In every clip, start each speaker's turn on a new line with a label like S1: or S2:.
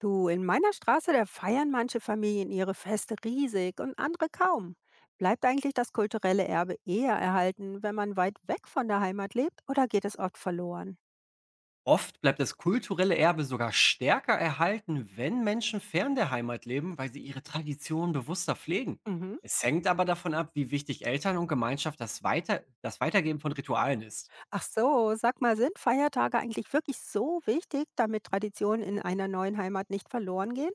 S1: Du, in meiner Straße, da feiern manche Familien ihre Feste riesig und andere kaum. Bleibt eigentlich das kulturelle Erbe eher erhalten, wenn man weit weg von der Heimat lebt, oder geht es oft verloren?
S2: Oft bleibt das kulturelle Erbe sogar stärker erhalten, wenn Menschen fern der Heimat leben, weil sie ihre Traditionen bewusster pflegen.
S1: Mhm.
S2: Es hängt aber davon ab, wie wichtig Eltern und Gemeinschaft das Weitergeben von Ritualen ist.
S1: Ach so, sag mal, sind Feiertage eigentlich wirklich so wichtig, damit Traditionen in einer neuen Heimat nicht verloren gehen?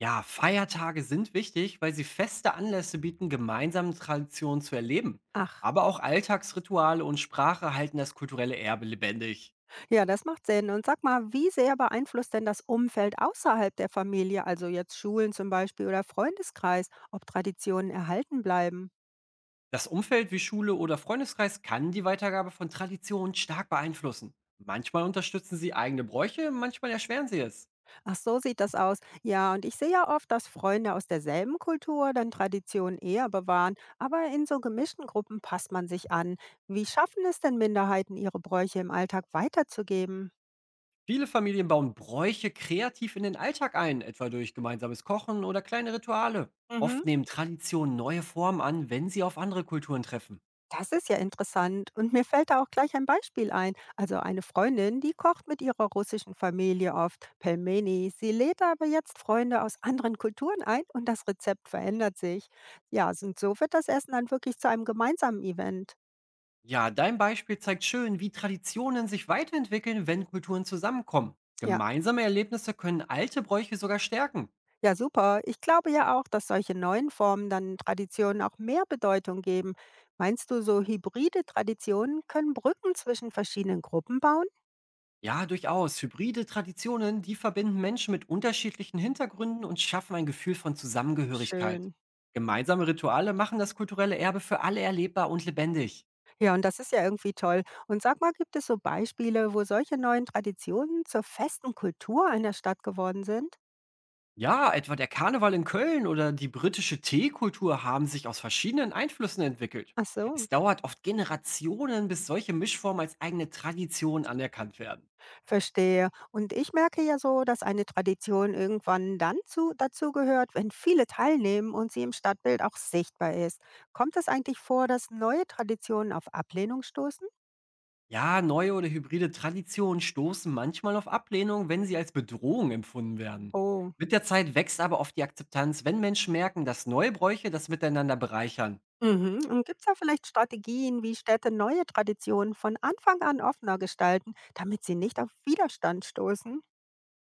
S2: Ja, Feiertage sind wichtig, weil sie feste Anlässe bieten, gemeinsame Traditionen zu erleben.
S1: Ach,
S2: Aber auch Alltagsrituale und Sprache halten das kulturelle Erbe lebendig.
S1: ja, das macht Sinn. Und sag mal, wie sehr beeinflusst denn das Umfeld außerhalb der Familie, also jetzt Schulen zum Beispiel oder Freundeskreis, ob Traditionen erhalten bleiben?
S2: Das Umfeld wie Schule oder Freundeskreis kann die Weitergabe von Traditionen stark beeinflussen. Manchmal unterstützen sie eigene Bräuche, manchmal erschweren sie es.
S1: Ach, so sieht das aus. Ja, und ich sehe ja oft, dass Freunde aus derselben Kultur dann Traditionen eher bewahren, aber in so gemischten Gruppen passt man sich an. Wie schaffen es denn Minderheiten, ihre Bräuche im Alltag weiterzugeben?
S2: Viele Familien bauen Bräuche kreativ in den Alltag ein, etwa durch gemeinsames Kochen oder kleine Rituale.
S1: Mhm.
S2: Oft nehmen Traditionen neue Formen an, wenn sie auf andere Kulturen treffen.
S1: Das ist ja interessant. Und mir fällt da auch gleich ein Beispiel ein. Also eine Freundin, die kocht mit ihrer russischen Familie oft Pelmeni. Sie lädt aber jetzt Freunde aus anderen Kulturen ein und das Rezept verändert sich. Ja, und so wird das Essen dann wirklich zu einem gemeinsamen Event.
S2: Ja, dein Beispiel zeigt schön, wie Traditionen sich weiterentwickeln, wenn Kulturen zusammenkommen.
S1: Ja,
S2: Gemeinsame Erlebnisse können alte Bräuche sogar stärken.
S1: Ja, super. Ich glaube ja auch, dass solche neuen Formen dann Traditionen auch mehr Bedeutung geben. Meinst du, so hybride Traditionen können Brücken zwischen verschiedenen Gruppen bauen?
S2: Ja, durchaus. Hybride Traditionen, die verbinden Menschen mit unterschiedlichen Hintergründen und schaffen ein Gefühl von Zusammengehörigkeit.
S1: Schön.
S2: Gemeinsame Rituale machen das kulturelle Erbe für alle erlebbar und lebendig.
S1: Ja, und das ist ja irgendwie toll. Und sag mal, gibt es so Beispiele, wo solche neuen Traditionen zur festen Kultur einer Stadt geworden sind?
S2: Ja, etwa der Karneval in Köln oder die britische Teekultur haben sich aus verschiedenen Einflüssen entwickelt.
S1: Ach so.
S2: Es dauert oft Generationen, bis solche Mischformen als eigene Tradition anerkannt werden.
S1: Verstehe. Und ich merke ja so, dass eine Tradition irgendwann dann dazu gehört, wenn viele teilnehmen und sie im Stadtbild auch sichtbar ist. Kommt es eigentlich vor, dass neue Traditionen auf Ablehnung stoßen?
S2: Ja, neue oder hybride Traditionen stoßen manchmal auf Ablehnung, wenn sie als Bedrohung empfunden werden.
S1: Oh.
S2: Mit der Zeit wächst aber oft die Akzeptanz, wenn Menschen merken, dass neue Bräuche das Miteinander bereichern.
S1: Mhm. Und gibt es da vielleicht Strategien, wie Städte neue Traditionen von Anfang an offener gestalten, damit sie nicht auf Widerstand stoßen?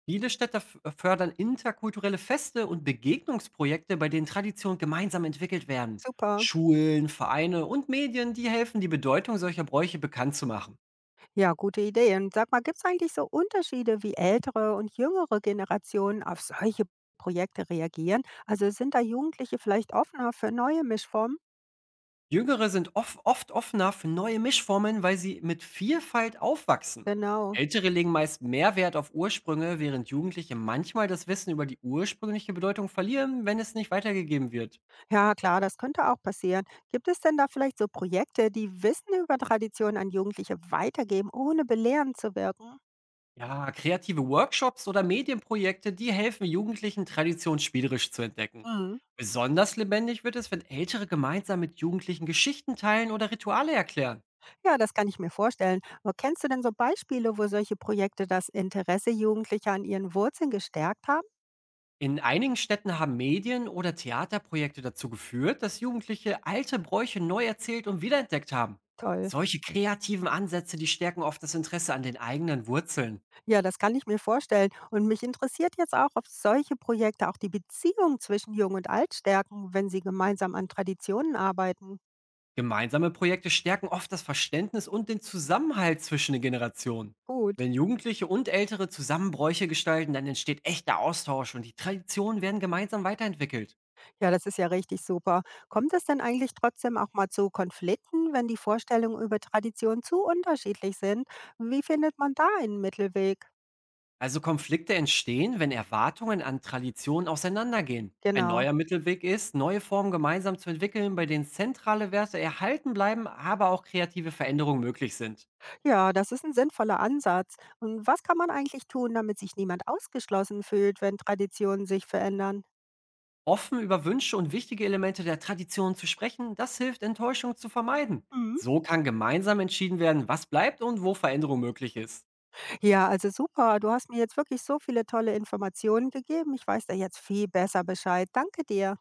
S2: Viele Städte fördern interkulturelle Feste und Begegnungsprojekte, bei denen Traditionen gemeinsam entwickelt werden.
S1: Super.
S2: Schulen, Vereine und Medien, die helfen, die Bedeutung solcher Bräuche bekannt zu machen.
S1: Ja, gute Idee. Und sag mal, gibt es eigentlich so Unterschiede, wie ältere und jüngere Generationen auf solche Projekte reagieren? Also sind da Jugendliche vielleicht offener für neue Mischformen?
S2: Jüngere sind off oft offener für neue Mischformen, weil sie mit Vielfalt aufwachsen.
S1: Genau.
S2: Ältere legen meist mehr Wert auf Ursprünge, während Jugendliche manchmal das Wissen über die ursprüngliche Bedeutung verlieren, wenn es nicht weitergegeben wird.
S1: Ja, klar, das könnte auch passieren. Gibt es denn da vielleicht so Projekte, die Wissen über Traditionen an Jugendliche weitergeben, ohne belehrend zu wirken?
S2: Ja, kreative Workshops oder Medienprojekte, die helfen Jugendlichen, Tradition spielerisch zu entdecken.
S1: Mhm.
S2: Besonders lebendig wird es, wenn Ältere gemeinsam mit Jugendlichen Geschichten teilen oder Rituale erklären.
S1: Ja, das kann ich mir vorstellen. Aber kennst du denn so Beispiele, wo solche Projekte das Interesse Jugendlicher an ihren Wurzeln gestärkt haben?
S2: In einigen Städten haben Medien- oder Theaterprojekte dazu geführt, dass Jugendliche alte Bräuche neu erzählt und wiederentdeckt haben.
S1: Toll.
S2: Solche kreativen Ansätze, die stärken oft das Interesse an den eigenen Wurzeln.
S1: Ja, das kann ich mir vorstellen. Und mich interessiert jetzt auch, ob solche Projekte auch die Beziehung zwischen Jung und Alt stärken, wenn sie gemeinsam an Traditionen arbeiten.
S2: Gemeinsame Projekte stärken oft das Verständnis und den Zusammenhalt zwischen den Generationen.
S1: Gut.
S2: Wenn Jugendliche und Ältere zusammen Bräuche gestalten, dann entsteht echter Austausch und die Traditionen werden gemeinsam weiterentwickelt.
S1: Ja, das ist ja richtig super. Kommt es denn eigentlich trotzdem auch mal zu Konflikten, wenn die Vorstellungen über Tradition zu unterschiedlich sind? Wie findet man da einen Mittelweg?
S2: Also Konflikte entstehen, wenn Erwartungen an Traditionen auseinandergehen. Ein
S1: Genau.
S2: neuer Mittelweg ist, neue Formen gemeinsam zu entwickeln, bei denen zentrale Werte erhalten bleiben, aber auch kreative Veränderungen möglich sind.
S1: Ja, das ist ein sinnvoller Ansatz. Und was kann man eigentlich tun, damit sich niemand ausgeschlossen fühlt, wenn Traditionen sich verändern?
S2: Offen über Wünsche und wichtige Elemente der Tradition zu sprechen, das hilft, Enttäuschung zu vermeiden.
S1: Mhm.
S2: So kann gemeinsam entschieden werden, was bleibt und wo Veränderung möglich ist.
S1: Ja, also super. Du hast mir jetzt wirklich so viele tolle Informationen gegeben. Ich weiß da jetzt viel besser Bescheid. Danke dir.